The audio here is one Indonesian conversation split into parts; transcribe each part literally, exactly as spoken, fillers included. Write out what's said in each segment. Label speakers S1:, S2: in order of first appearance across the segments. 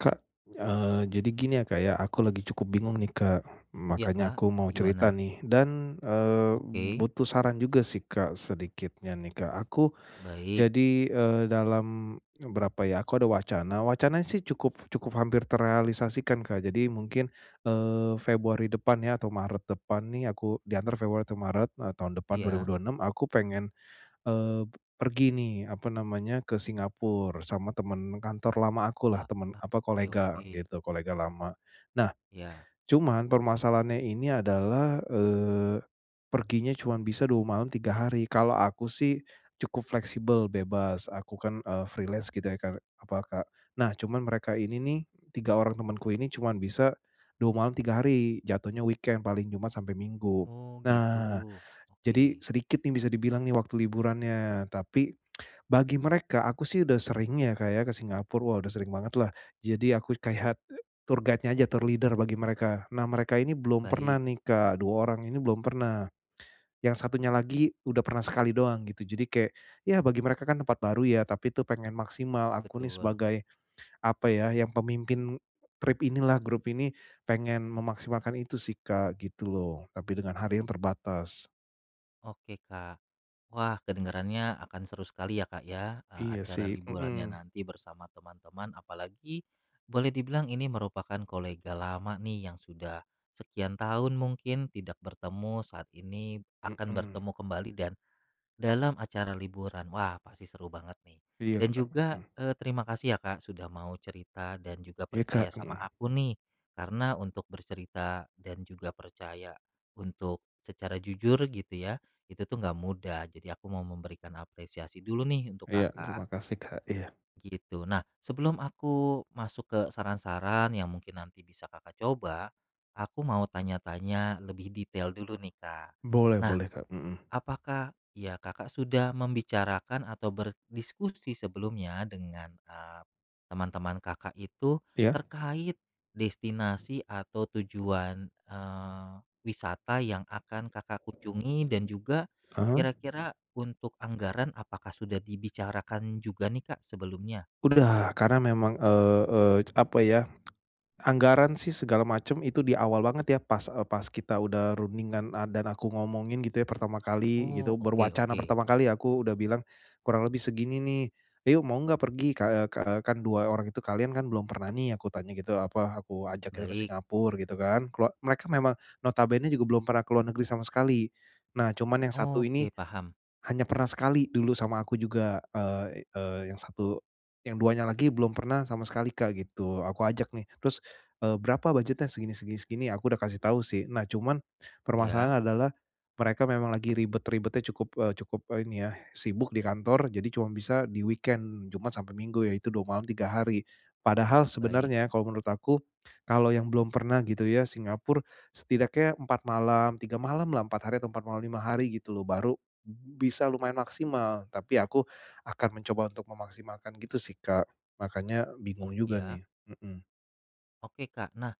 S1: Kak, eee, jadi gini ya, Kak, ya, aku lagi cukup bingung nih, Kak,
S2: Iya,
S1: makanya
S2: Kak,
S1: aku mau
S2: gimana?
S1: cerita nih dan, eee,
S2: Oke,
S1: butuh saran juga sih, Kak, sedikitnya nih, Kak. Aku
S2: baik,
S1: jadi, eee, dalam berapa ya, aku ada wacana, wacananya sih cukup cukup hampir terrealisasikan, Kak. Jadi mungkin, eee, Februari depan ya atau Maret depan nih aku di antara Februari atau Maret, eee, tahun depan
S2: iya.
S1: dua ribu dua puluh enam aku pengen Eee, pergi nih, apa namanya, ke Singapura sama temen kantor lama aku lah
S2: Wah,
S1: temen
S2: ah,
S1: apa,
S2: oke
S1: kolega
S2: oke.
S1: gitu, kolega lama. Nah,
S2: Iya.
S1: cuman permasalahannya ini adalah, eee, perginya cuman bisa dua malam tiga hari. Kalau aku sih cukup fleksibel, bebas, aku kan, eee, freelance gitu ya kan apa Kak. Nah, cuman mereka ini nih, tiga orang temanku ini cuman bisa dua malam tiga hari, jatuhnya weekend, paling cuma sampai Minggu.
S2: Oh, gitu.
S1: Nah,
S2: Oke,
S1: jadi sedikit nih bisa dibilang nih waktu liburannya, tapi bagi mereka aku sih udah sering ya, kayak ke Singapura, wah udah sering banget lah. Jadi aku kayak tour guide-nya aja, tour leader bagi mereka. Nah, mereka ini belum pernah
S2: baik,
S1: nih, Kak, dua orang ini belum pernah. Yang satunya lagi udah pernah sekali doang gitu. Jadi kayak ya bagi mereka kan tempat baru ya, tapi itu pengen maksimal aku nih
S2: betul.
S1: sebagai apa ya, yang pemimpin trip inilah, grup ini pengen memaksimalkan itu sih, Kak, gitu loh, tapi dengan hari yang terbatas.
S2: Oke, Kak. Wah, kedengarannya akan seru sekali ya, Kak, ya, eee,
S1: Iya
S2: acara
S1: sih,
S2: liburannya
S1: mhm.
S2: nanti bersama teman-teman, apalagi boleh dibilang ini merupakan kolega lama nih yang sudah sekian tahun mungkin tidak bertemu, saat ini akan
S1: Mhm,
S2: bertemu kembali dan dalam acara liburan. Wah, pasti seru banget nih.
S1: iya,
S2: Dan
S1: Kak,
S2: juga,
S1: mhm,
S2: eee, terima kasih ya, Kak, sudah mau cerita dan juga
S1: iya,
S2: percaya
S1: Kak,
S2: sama
S1: mhm,
S2: aku nih. Karena untuk bercerita dan juga percaya untuk secara jujur gitu ya, itu tuh nggak mudah. Jadi aku mau memberikan apresiasi dulu nih untuk
S1: iya,
S2: Kakak,
S1: terima kasih, Kak, iya.
S2: gitu. Nah, sebelum aku masuk ke saran-saran yang mungkin nanti bisa Kakak coba, aku mau tanya-tanya lebih detail dulu nih, Kak.
S1: Boleh
S2: Nah,
S1: boleh, Kak, mhm,
S2: apakah, ya Kakak sudah membicarakan atau berdiskusi sebelumnya dengan, eee, teman-teman Kakak itu
S1: iya,
S2: terkait destinasi atau tujuan, eee, wisata yang akan Kakak kunjungi dan juga
S1: ah hah.
S2: kira-kira untuk anggaran apakah sudah dibicarakan juga nih Kak sebelumnya?
S1: Udah, karena memang, eee eee, apa ya. Anggaran sih segala macam itu di awal banget ya pas, eee, pas kita udah rundingan, eee, dan aku ngomongin gitu ya pertama kali
S2: Oh,
S1: gitu,
S2: oke
S1: berwacana
S2: oke,
S1: pertama kali aku udah bilang, "Kurang lebih segini nih, ayo mau nggak pergi?" Ka eee, ka eee, kan dua orang itu kalian kan belum pernah nih aku tanya gitu, apa, aku ajak gitu ke
S2: baik.
S1: Singapura gitu kan, keluar mereka memang notabene juga belum pernah ke luar negeri sama sekali. Nah, cuman yang satu ini
S2: Oke, paham.
S1: hanya pernah sekali dulu sama aku juga, eee eee, yang satu yang duanya lagi belum pernah sama sekali, Kak, gitu. Aku ajak nih, terus, eee, "Berapa budgetnya?" "Segini segini segini." Aku udah kasih tahu sih. Nah, cuman
S2: Ya,
S1: permasalahan adalah mereka memang lagi ribet-ribetnya cukup, eee cukup, eh, ini ya, sibuk di kantor, jadi cuma bisa di weekend, Jumat sampai Minggu, yaitu dua malam tiga hari. Padahal
S2: baik,
S1: sebenarnya kalau menurut aku, kalau yang belum pernah gitu ya Singapura, setidaknya empat malam, tiga malam lah, empat hari atau empat malam lima hari gitu loh, baru bisa lumayan maksimal, tapi aku akan mencoba untuk memaksimalkan gitu sih, Kak. Makanya bingung juga
S2: ya.
S1: nih, mhm.
S2: Oke Kak. Nah,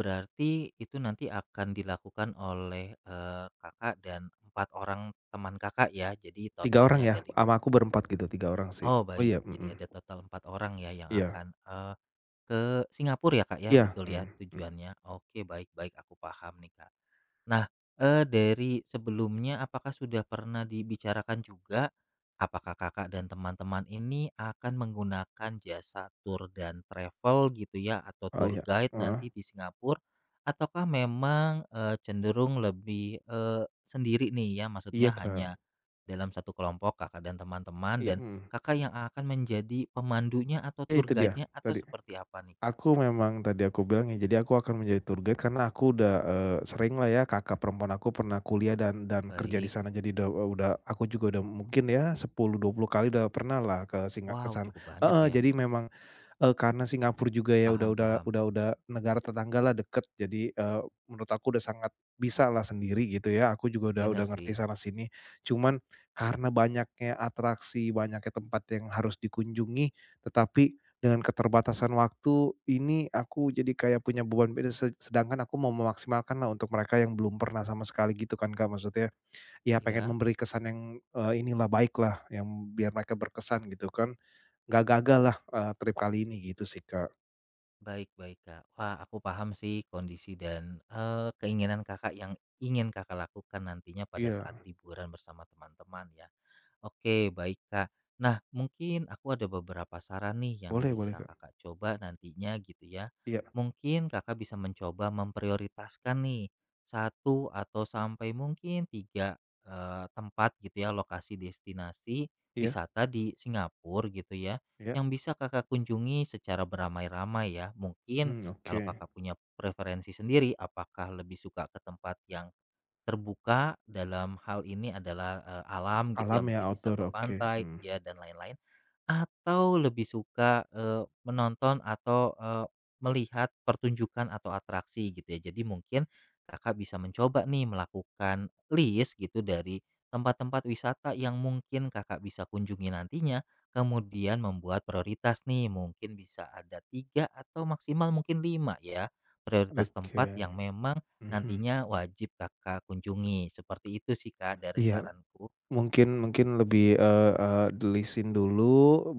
S2: berarti itu nanti akan dilakukan oleh, eee, Kakak dan empat orang teman Kakak ya? Jadi
S1: tiga
S2: totalnya
S1: orang ya?
S2: ada lima.
S1: Sama aku berempat gitu, tiga orang sih.
S2: Oh
S1: Oh
S2: baik,
S1: iya, mhm.
S2: jadi ada total empat orang ya yang
S1: Iya
S2: akan, eee, ke Singapura ya Kak ya?
S1: iya,
S2: Betul ya
S1: mhm, mmm,
S2: tujuannya? Oke baik baik, aku paham nih Kak. Nah, eee, dari sebelumnya apakah sudah pernah dibicarakan juga, apakah Kakak dan teman-teman ini akan menggunakan jasa tour dan travel gitu ya atau
S1: oh
S2: tour
S1: iya,
S2: guide
S1: heeh.
S2: nanti di Singapura? Ataukah memang, eee, cenderung lebih, eee, sendiri nih ya
S1: Iya,
S2: maksudnya
S1: Kak.
S2: hanya dalam satu kelompok Kakak dan teman-teman
S1: Iya,
S2: dan
S1: mhm.
S2: Kakak yang akan menjadi pemandunya atau
S1: Ya
S2: tour
S1: itu dia,
S2: guide-nya atau
S1: tadi.
S2: seperti apa nih, Kak?
S1: Aku memang tadi aku bilang ya, jadi aku akan menjadi tour guide karena aku udah, eee, sering lah ya kakak perempuan aku pernah kuliah dan dan kerja di
S2: Baik,
S1: sana. Jadi udah udah aku juga udah mungkin ya sepuluh dua puluh kali udah pernah lah ke singa ke
S2: wow
S1: sana
S2: cukup banyak
S1: heeh,
S2: ya,
S1: jadi memang Eee, karena Singapura juga ya udah
S2: paham
S1: udah
S2: paham,
S1: udah udah negara tetanggalah deket jadi, eee, menurut aku udah sangat bisalah sendiri gitu ya, aku juga udah udah
S2: bener
S1: ngerti
S2: sih,
S1: sana sini. Cuman karena banyaknya atraksi, banyaknya tempat yang harus dikunjungi, tetapi dengan keterbatasan waktu ini aku jadi kayak punya beban beda, se sedangkan aku mau memaksimalkanlah untuk mereka yang belum pernah sama sekali gitu kan Kak, maksudnya ya pengen
S2: ya.
S1: memberi kesan yang, eee, inilah baiklah yang biar mereka berkesan gitu kan. Nggak gagal lah, eee, trip kali ini gitu sih, Kak.
S2: Baik baik, Kak. Wah, aku paham sih kondisi dan, eee, keinginan Kakak yang ingin Kakak lakukan nantinya pada
S1: Iya,
S2: saat liburan bersama teman-teman ya. Oke, baik Kak. Nah, mungkin aku ada beberapa saran nih yang
S1: boleh boleh,
S2: bisa
S1: Kak.
S2: Kakak coba nantinya gitu ya.
S1: Iya
S2: Mungkin Kakak bisa mencoba memprioritaskan nih satu atau sampai mungkin tiga eh, tempat gitu ya, lokasi destinasi
S1: iya
S2: wisata di Singapura gitu ya,
S1: iya,
S2: yang bisa Kakak kunjungi secara beramai-ramai ya. Mungkin
S1: mmm,
S2: kalau
S1: oke.
S2: Kakak punya preferensi sendiri, apakah lebih suka ke tempat yang terbuka dalam hal ini adalah, eee, alam gitu
S1: Alam
S2: ya,
S1: ya,
S2: mungkin bisa
S1: outdoor,
S2: ke
S1: oke,
S2: pantai
S1: mmm,
S2: ya dan lain-lain atau lebih suka, eee, menonton atau, eee, melihat pertunjukan atau atraksi gitu ya. Jadi mungkin Kakak bisa mencoba nih melakukan list gitu dari tempat-tempat wisata yang mungkin Kakak bisa kunjungi nantinya, kemudian membuat prioritas nih. Mungkin bisa ada tiga atau maksimal mungkin lima ya, prioritas tempat yang
S1: oke,
S2: memang
S1: mhm.
S2: nantinya wajib Kakak kunjungi. Seperti itu sih Kak dari
S1: Iya,
S2: saranku.
S1: mungkin mungkin lebih, eee eee, di-list-in dulu,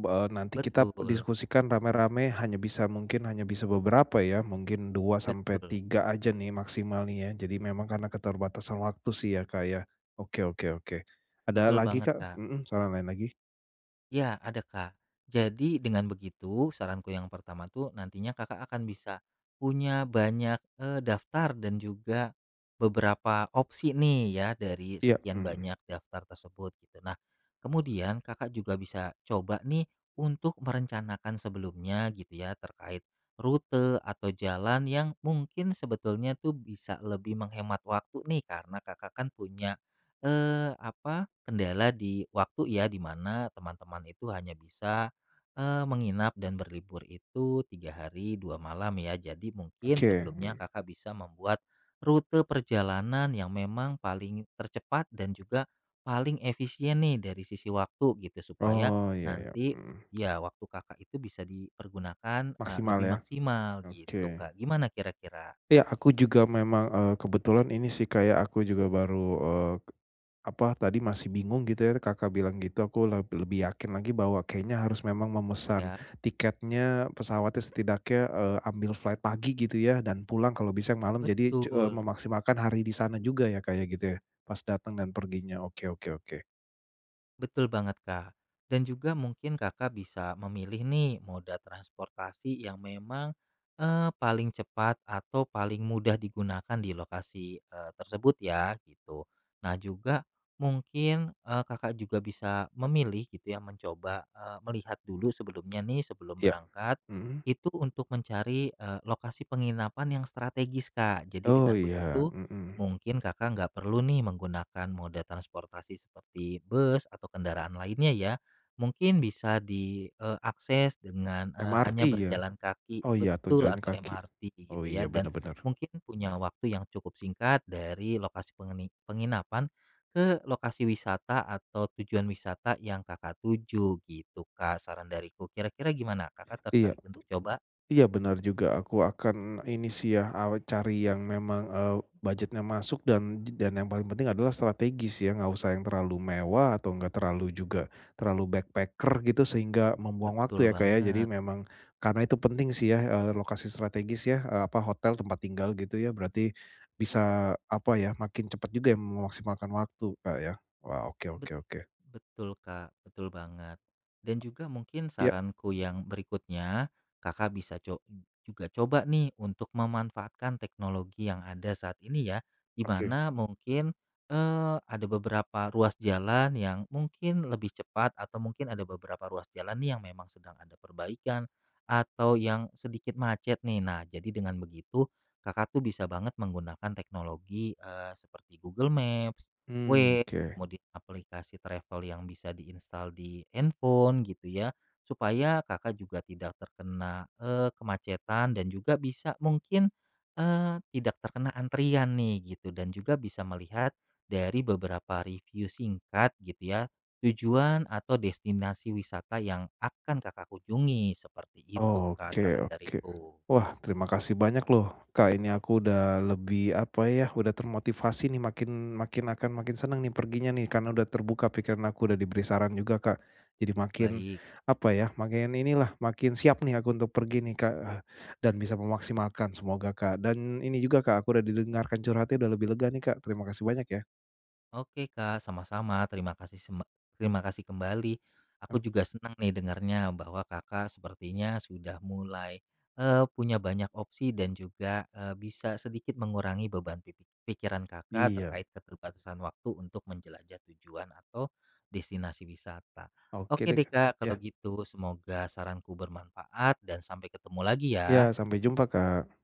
S1: eee, nanti kita
S2: Betul
S1: diskusikan rame-rame hanya bisa mungkin hanya bisa beberapa ya, mungkin dua sampai
S2: betul,
S1: tiga aja nih maksimal nih ya. Jadi memang karena keterbatasan waktu sih ya, Kak, ya. Oke oke oke. Ada
S2: betul
S1: lagi,
S2: banget
S1: Kak?
S2: Kak.
S1: Mhm, saran lain lagi?
S2: Ya, ada Kak. Jadi dengan begitu, saranku yang pertama tuh nantinya Kakak akan bisa punya banyak eh, daftar dan juga beberapa opsi nih ya dari
S1: Iya,
S2: sekian
S1: mmm,
S2: banyak daftar tersebut gitu. Nah, kemudian Kakak juga bisa coba nih untuk merencanakan sebelumnya gitu ya terkait rute atau jalan yang mungkin sebetulnya tuh bisa lebih menghemat waktu nih karena Kakak kan punya Eh apa, kendala di waktu ya, di mana teman-teman itu hanya bisa, eee, menginap dan berlibur itu tiga hari dua malam ya. Jadi mungkin
S1: oke,
S2: sebelumnya
S1: mmm.
S2: Kakak bisa membuat rute perjalanan yang memang paling tercepat dan juga paling efisien nih dari sisi waktu gitu, supaya
S1: Oh, iya iya,
S2: nanti
S1: mhm,
S2: ya waktu Kakak itu bisa dipergunakan, eee,
S1: maksimal
S2: lebih
S1: ya?
S2: maksimal
S1: Oke.
S2: gitu, Kak. Gimana kira-kira?
S1: Iya, aku juga memang, eee, kebetulan ini sih kayak aku juga baru, eee, apa tadi masih bingung gitu ya Kakak bilang gitu aku leb lebih yakin lagi bahwa kayaknya harus memang memesan
S2: Ya
S1: tiketnya, pesawatnya setidaknya, eee, ambil flight pagi gitu ya dan pulang kalau bisa yang malam jadi cu eee,
S2: betul.
S1: memaksimalkan hari di sana juga ya kayak gitu ya? Pas datang dan perginya, oke oke oke.
S2: Betul banget, Kak. Dan juga mungkin Kakak bisa memilih nih moda transportasi yang memang eh, paling cepat atau paling mudah digunakan di lokasi eh, tersebut ya gitu. Nah, juga mungkin eh, Kakak juga bisa memilih gitu ya mencoba eh, melihat dulu sebelumnya nih sebelum
S1: Iya.
S2: berangkat
S1: Mhm.
S2: itu untuk mencari eh, lokasi penginapan yang strategis, Kak. Jadi
S1: Oh
S2: dengan
S1: iya,
S2: begitu
S1: mhm.
S2: mungkin Kakak nggak perlu nih menggunakan moda transportasi seperti bus atau kendaraan lainnya ya. Mungkin bisa diakses dengan, eee,
S1: M R T
S2: hanya
S1: ya?
S2: berjalan kaki
S1: Oh iya tuh
S2: betul
S1: jalan
S2: atau
S1: kaki.
S2: M R T
S1: Oh
S2: gitu ya
S1: iya
S2: dan
S1: benar-benar.
S2: mungkin punya waktu yang cukup singkat dari lokasi pengeni penginapan ke lokasi wisata atau tujuan wisata yang Kakak tuju gitu Kak, saran dariku. Kira-kira gimana? Kakak
S1: Iya
S2: tertarik untuk coba?
S1: iya benar juga aku akan ini sih ya, aw cari yang memang, eee, budgetnya masuk dan dan yang paling penting adalah strategis ya, nggak usah yang terlalu mewah atau nggak terlalu juga terlalu backpacker gitu sehingga membuang
S2: Betul
S1: waktu ya, kayak. Jadi
S2: banget.
S1: memang karena itu penting sih ya, eee, lokasi strategis ya, eee, apa hotel tempat tinggal gitu ya, berarti bisa apa ya, makin cepat juga ya memaksimalkan waktu, kayak. Ya. Wah, oke oke
S2: Bet
S1: oke.
S2: Betul, Kak, betul banget. Dan juga mungkin
S1: Iya,
S2: saranku yang berikutnya, Kakak bisa co juga coba nih untuk memanfaatkan teknologi yang ada saat ini ya, di
S1: oke.
S2: mana mungkin, eee, ada beberapa ruas jalan yang mungkin lebih cepat atau mungkin ada beberapa ruas jalan nih yang memang sedang ada perbaikan atau yang sedikit macet nih. Nah, jadi dengan begitu Kakak tuh bisa banget menggunakan teknologi, eee, seperti Google Maps,
S1: Hmm
S2: Waze
S1: oke.
S2: kemudian aplikasi travel yang bisa diinstal di handphone gitu ya, supaya Kakak juga tidak terkena, eee, kemacetan dan juga bisa mungkin, eee, tidak terkena antrian nih gitu dan juga bisa melihat dari beberapa review singkat gitu ya, tujuan atau destinasi wisata yang akan Kakak kunjungi, seperti itu Kak
S1: Oke
S2: saran
S1: oke.
S2: dariku.
S1: Wah, terima kasih banyak loh, Kak, ini aku udah lebih, apa ya, udah termotivasi nih makin makin akan makin seneng nih perginya nih karena udah terbuka pikiran aku, udah diberi saran juga, Kak. Jadi makin,
S2: Baik.
S1: apa ya, makin inilah, makin siap nih aku untuk pergi nih, Kak, eh, dan bisa memaksimalkan semoga, Kak. Dan ini juga, Kak, aku udah didengarkan curhatnya udah lebih lega nih, Kak. Terima kasih banyak ya.
S2: Oke Kak, sama-sama. Terima kasih sem, terima kasih kembali.
S1: Mmm,
S2: Aku juga senang nih dengarnya bahwa Kakak sepertinya sudah mulai eh, punya banyak opsi dan juga eh, bisa sedikit mengurangi beban pi- pikiran Kakak
S1: iya,
S2: terkait keterbatasan waktu untuk menjelajah tujuan atau destinasi wisata.
S1: oke
S2: Oke
S1: deh,
S2: deh
S1: Kak.
S2: Kak, kalau
S1: Ya
S2: gitu semoga saranku bermanfaat dan sampai ketemu lagi
S1: iya,
S2: ya.
S1: sampai jumpa, Kak.